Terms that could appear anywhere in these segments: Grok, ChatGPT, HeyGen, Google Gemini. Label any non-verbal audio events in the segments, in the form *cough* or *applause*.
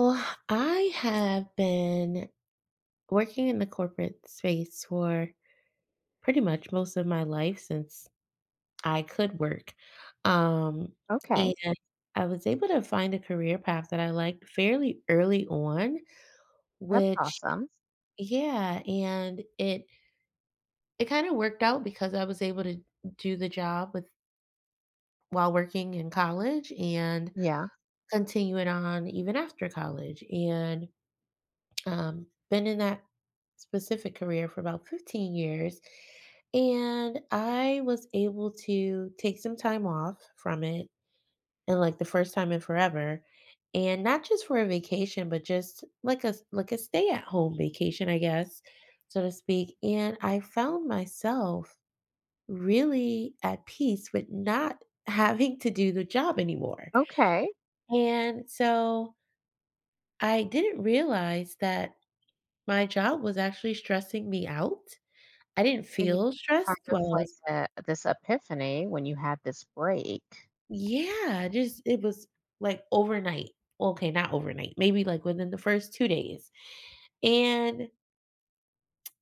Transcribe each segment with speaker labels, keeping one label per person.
Speaker 1: Well, I have been working in the corporate space for pretty much most of my life since I could work. Um,
Speaker 2: Okay,
Speaker 1: and I was able to find a career path that I liked fairly early on,
Speaker 2: that's
Speaker 1: which
Speaker 2: awesome.
Speaker 1: yeah, and it kind of worked out because I was able to do the job with while working in college and
Speaker 2: Yeah.
Speaker 1: continue it on even after college. And been in that specific career for about 15 years. And I was able to take some time off from it and like the first time in forever. And not just for a vacation, but just like a stay at home vacation, I guess, so to speak. And I found myself really at peace with not *laughs* having to do the job anymore.
Speaker 2: Okay.
Speaker 1: And so I didn't realize that my job was actually stressing me out. I didn't
Speaker 2: So you
Speaker 1: feel
Speaker 2: had
Speaker 1: stressed
Speaker 2: kind of
Speaker 1: while I
Speaker 2: like
Speaker 1: was.
Speaker 2: this epiphany when you had this break.
Speaker 1: Yeah, just it was, like, overnight. Well, okay, not overnight, maybe, like, within the first 2 days, and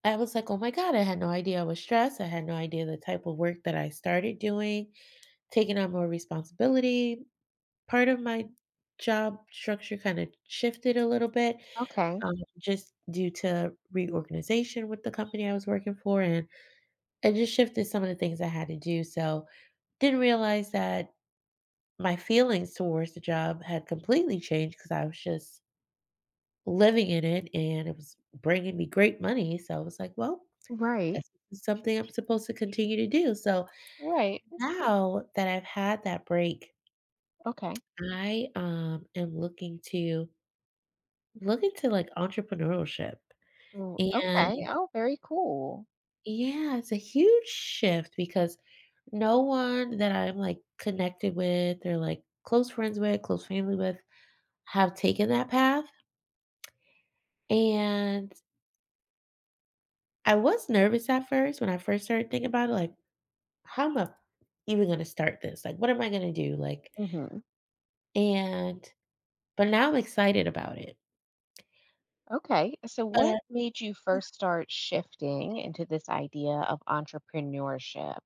Speaker 1: I was like, "Oh my god," I had no idea I was stressed, I had no idea the type of work that I started doing, taking on more responsibility. Part of my job structure kinda shifted a little bit,
Speaker 2: Okay.
Speaker 1: just due to reorganization with the company I was working for, and it just shifted some of the things I had to do, so didn't realize that my feelings towards the job had completely changed because I was just living in it and it was bringing me great money. So I was like, well,
Speaker 2: Right.
Speaker 1: that's something I'm supposed to continue to do. So
Speaker 2: Right.
Speaker 1: now that I've had that break,
Speaker 2: Okay.
Speaker 1: I am looking to look into like entrepreneurship.
Speaker 2: Ooh,
Speaker 1: And
Speaker 2: okay. Oh, very cool.
Speaker 1: yeah, it's a huge shift because no one that I'm like connected with or like close friends with, close family with have taken that path. And I was nervous at first when I first started thinking about it, like, how am I even gonna start this? Like, what am I gonna do? Like,
Speaker 2: Hmm.
Speaker 1: and but now I'm excited about it.
Speaker 2: Okay. So what
Speaker 1: But
Speaker 2: made you first start shifting into this idea of entrepreneurship?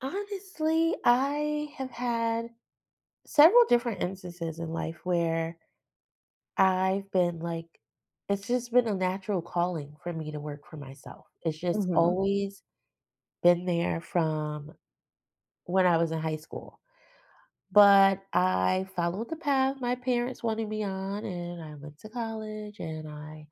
Speaker 1: honestly, I have had several different instances in life where I've been like, it's just been a natural calling for me to work for myself. It's just
Speaker 2: Hmm.
Speaker 1: always been there from when I was in high school. But I followed the path my parents wanted me on, and I went to college and I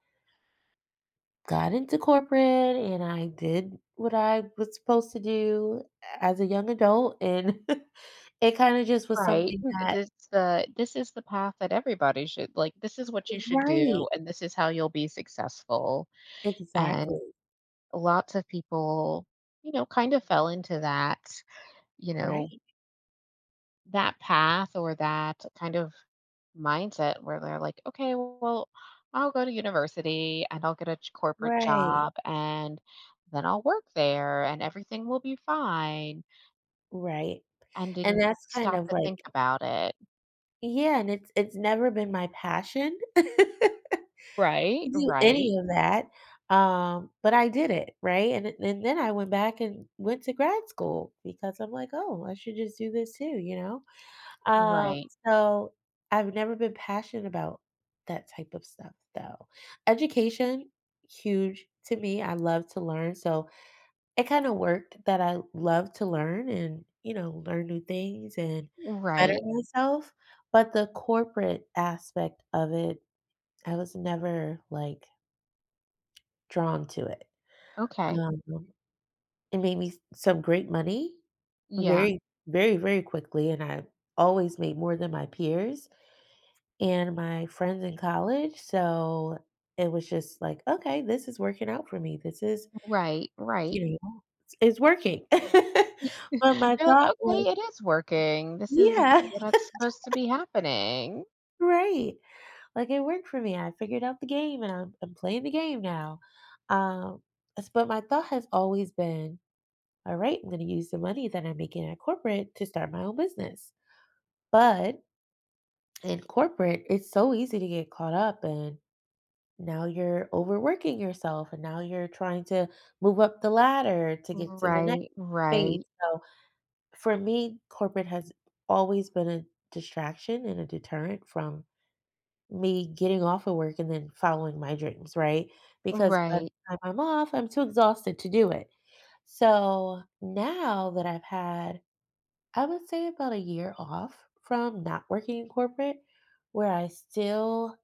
Speaker 1: got into corporate and I did what I was supposed to do as a young adult. And *laughs* it kind of just was
Speaker 2: Right.
Speaker 1: something
Speaker 2: Mm,
Speaker 1: that,
Speaker 2: This the this is the path that everybody should, like, this is what you should
Speaker 1: right,
Speaker 2: do and this is how you'll be successful. And
Speaker 1: exactly,
Speaker 2: lots of people, kind of fell into that, you know,
Speaker 1: right,
Speaker 2: that path or that kind of mindset where they're like, okay, well, I'll go to university and I'll get a corporate
Speaker 1: right,
Speaker 2: job and then I'll work there and everything will be fine
Speaker 1: right.
Speaker 2: and
Speaker 1: And
Speaker 2: didn't
Speaker 1: that's kind
Speaker 2: stop
Speaker 1: of
Speaker 2: to
Speaker 1: like,
Speaker 2: think about it.
Speaker 1: yeah, and it's never been my passion. *laughs*
Speaker 2: Right,
Speaker 1: Do
Speaker 2: right,
Speaker 1: any of that, but I did it, right? And then I went back and went to grad school because I'm like, "Oh, I should just do this too," you know? Um,
Speaker 2: right,
Speaker 1: so I've never been passionate about that type of stuff, though. Education, huge to me, I love to learn, so it kinda worked that I love to learn and, you know, learn new things and better
Speaker 2: right.
Speaker 1: myself, but the corporate aspect of it, I was never, like, drawn to it.
Speaker 2: Okay.
Speaker 1: Um, it made me s some great money
Speaker 2: Yeah,
Speaker 1: very, very, very quickly, and I always made more than my peers and my friends in college, so it was just like, "Okay, this is working out for me. This is,
Speaker 2: right, right.
Speaker 1: you know, it's working." *laughs*
Speaker 2: *laughs*
Speaker 1: But my
Speaker 2: You're like,
Speaker 1: thought was.
Speaker 2: "Okay, it is working. This is
Speaker 1: Yeah,
Speaker 2: what's supposed to be happening."
Speaker 1: *laughs* right. Like, it worked for me. I figured out the game, and I'm playing the game now. Um, s But my thought has always been, all right, I'm going to use the money that I'm making at corporate to start my own business. But in corporate, it's so easy to get caught up and now you're overworking yourself and now you're trying to move up the ladder to get to the next
Speaker 2: Right,
Speaker 1: phase.
Speaker 2: right,
Speaker 1: So for me, corporate has always been a distraction and a deterrent from me getting off of work and then following my dreams, right? Because by the
Speaker 2: right.
Speaker 1: time I'm off, I'm too exhausted to do it. So now that I've had, I would say about a year off from not working in corporate, where I still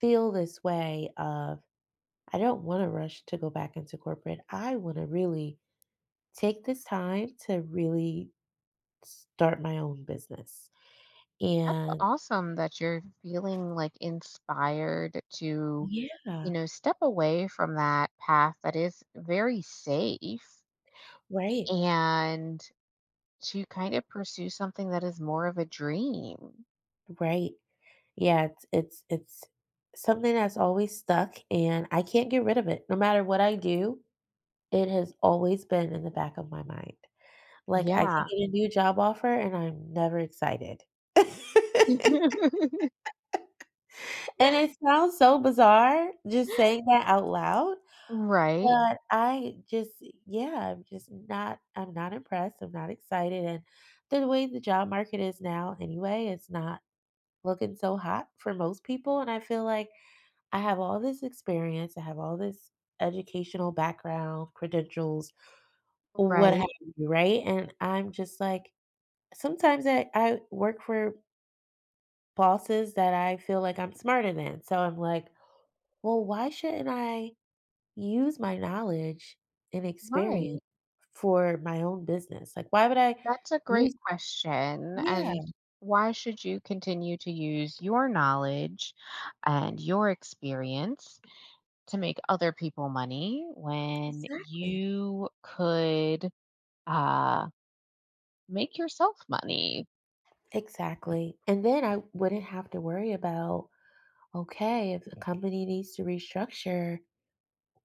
Speaker 1: feel this way of I don't want to rush to go back into corporate. I want to really take this time to really start my own business.
Speaker 2: That's
Speaker 1: And
Speaker 2: awesome that you're feeling, like, inspired to,
Speaker 1: yeah,
Speaker 2: you know, step away from that path that is very safe,
Speaker 1: right,
Speaker 2: and to kind of pursue something that is more of a dream.
Speaker 1: right. Yeah, it's it's something that's always stuck and I can't get rid of it. No matter what I do, it has always been in the back of my mind. Like, I could
Speaker 2: Yeah.
Speaker 1: get a new job offer and I'm never excited. *laughs*
Speaker 2: *laughs*
Speaker 1: And it sounds so bizarre just saying that out loud,
Speaker 2: Right,
Speaker 1: but I just yeah, I'm just not I'm not impressed, I'm not excited, and the way the job market is now anyway, it's not looking so hot for most people, and I feel like I have all this experience, I have all this educational background, credentials, what have
Speaker 2: right,
Speaker 1: you, right? And I'm just like sometimes I work for bosses that I feel like I'm smarter than. So I'm like, well, why shouldn't I use my knowledge and experience
Speaker 2: right.
Speaker 1: for my own business? Like, why would I
Speaker 2: That's a great
Speaker 1: use?
Speaker 2: question.
Speaker 1: Yeah,
Speaker 2: And why should you continue to use your knowledge and your experience to make other people money when
Speaker 1: exactly.
Speaker 2: you could, uh, make yourself money?
Speaker 1: Exactly. And then I wouldn't have to worry about, okay, if a company needs to restructure,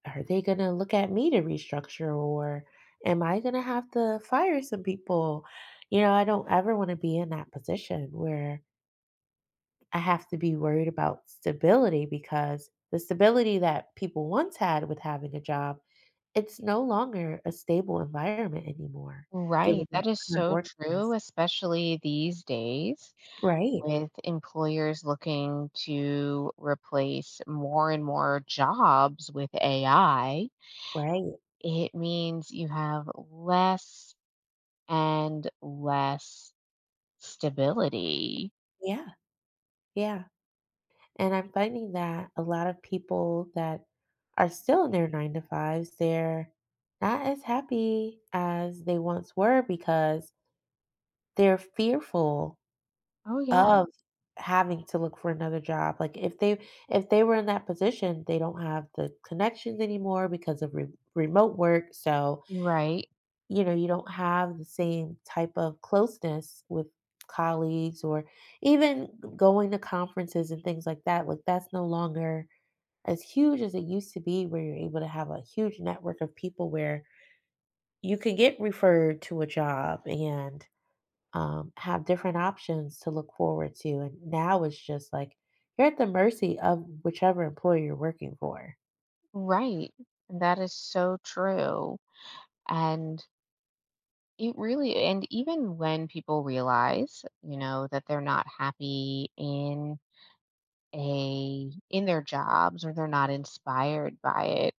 Speaker 1: are they going to look at me to restructure or am I going to have to fire some people? You know, I don't ever want to be in that position where I have to be worried about stability because the stability that people once had with having a job, it's no longer a stable environment anymore, given
Speaker 2: Right.
Speaker 1: the
Speaker 2: That is
Speaker 1: current
Speaker 2: so true,
Speaker 1: workplace.
Speaker 2: especially these days
Speaker 1: Right,
Speaker 2: with employers looking to replace more and more jobs with AI.
Speaker 1: right.
Speaker 2: It means you have less and less stability.
Speaker 1: Yeah, yeah. And I'm finding that a lot of people that are still in their nine to fives, they're not as happy as they once were because they're fearful
Speaker 2: Oh, yeah.
Speaker 1: of having to look for another job, like, if they were in that position, they don't have the connections anymore because of re remote work, so,
Speaker 2: Right.
Speaker 1: you know, you don't have the same type of closeness with colleagues or even going to conferences and things like that, like, that's no longer as huge as it used to be where you're able to have a huge network of people where you can get referred to a job and have different options to look forward to. And now it's just like you're at the mercy of whichever employer you're working for.
Speaker 2: Right. That is so true. And it really, and even when people realize, you know, that they're not happy in a in their jobs or they're not inspired by it,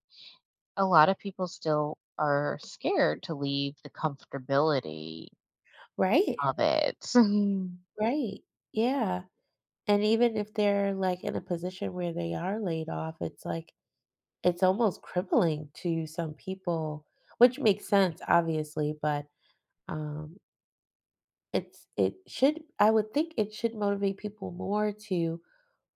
Speaker 2: a lot of people still are scared to leave the comfortability
Speaker 1: Right.
Speaker 2: of it. *laughs*
Speaker 1: Right. Yeah. And even if they're like in a position where they are laid off, it's like it's almost crippling to some people, which makes sense, obviously, but um it's it should, I would think it should motivate people more to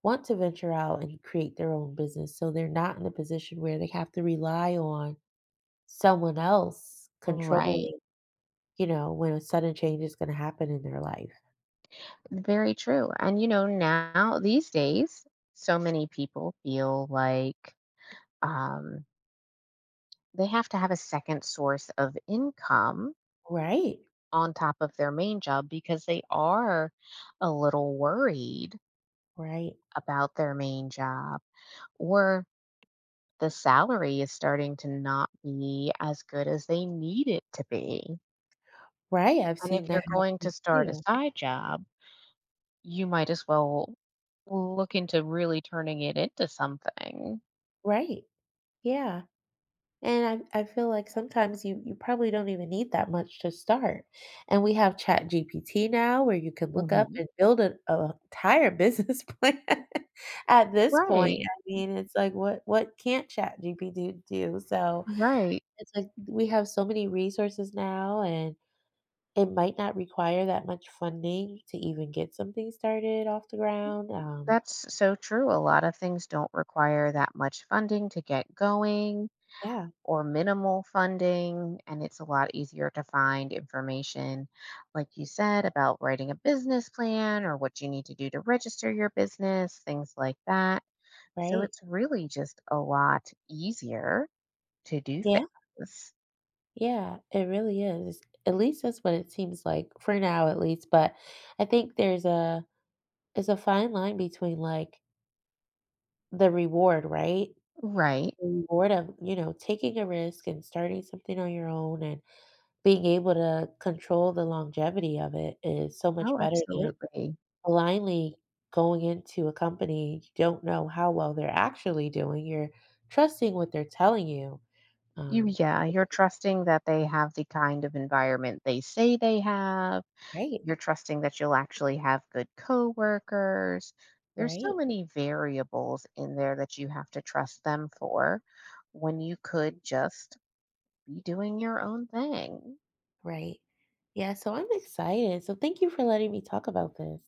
Speaker 1: want to venture out and create their own business so they're not in a position where they have to rely on someone else
Speaker 2: Right.
Speaker 1: controlling, you know, when a sudden change is gonna happen in their life.
Speaker 2: Very true. And, you know, now these days, so many people feel like um, they have to have a second source of income
Speaker 1: Right,
Speaker 2: on top of their main job because they are a little worried
Speaker 1: right,
Speaker 2: about their main job, or the salary is starting to not be as good as they need it to be.
Speaker 1: right, I've
Speaker 2: And if
Speaker 1: seen that
Speaker 2: you're going
Speaker 1: happening
Speaker 2: to start a
Speaker 1: too.
Speaker 2: side job, you might as well look into really turning it into something.
Speaker 1: Right, yeah, and I feel like sometimes you probably don't even need that much to start, and we have Chat GPT now where you can look up
Speaker 2: Mhm.
Speaker 1: and build an a entire business *laughs* plan at this point,
Speaker 2: Right,
Speaker 1: I mean, it's like, what can't Chat GPT do? So,
Speaker 2: right.
Speaker 1: it's like we have so many resources now and it might not require that much funding to even get something started off the ground,
Speaker 2: That's so true. A lot of things don't require that much funding to get going,
Speaker 1: yeah,
Speaker 2: or minimal funding, and it's a lot easier to find information, like you said, about writing a business plan or what you need to do to register your business, things like that. So
Speaker 1: right.
Speaker 2: it's really just a lot easier to do
Speaker 1: Yeah,
Speaker 2: things.
Speaker 1: yeah, it really is. At least that's what it seems like, for now at least, but I think there's a fine line between, like, the reward, right?
Speaker 2: Right.
Speaker 1: The reward of, you know, taking a risk and starting something on your own and being able to control the longevity of it is so much
Speaker 2: Oh,
Speaker 1: better than
Speaker 2: absolutely.
Speaker 1: blindly going into a company, you don't know how well they're actually doing, you're trusting what they're telling you.
Speaker 2: You,
Speaker 1: Um,
Speaker 2: yeah, you're trusting that they have the kind of environment they say they have.
Speaker 1: right,
Speaker 2: You're trusting that you'll actually have good coworkers. There's so
Speaker 1: right,
Speaker 2: many variables in there that you have to trust them for, when you could just be doing your own thing.
Speaker 1: right. Yeah, so I'm excited. So thank you for letting me talk about this.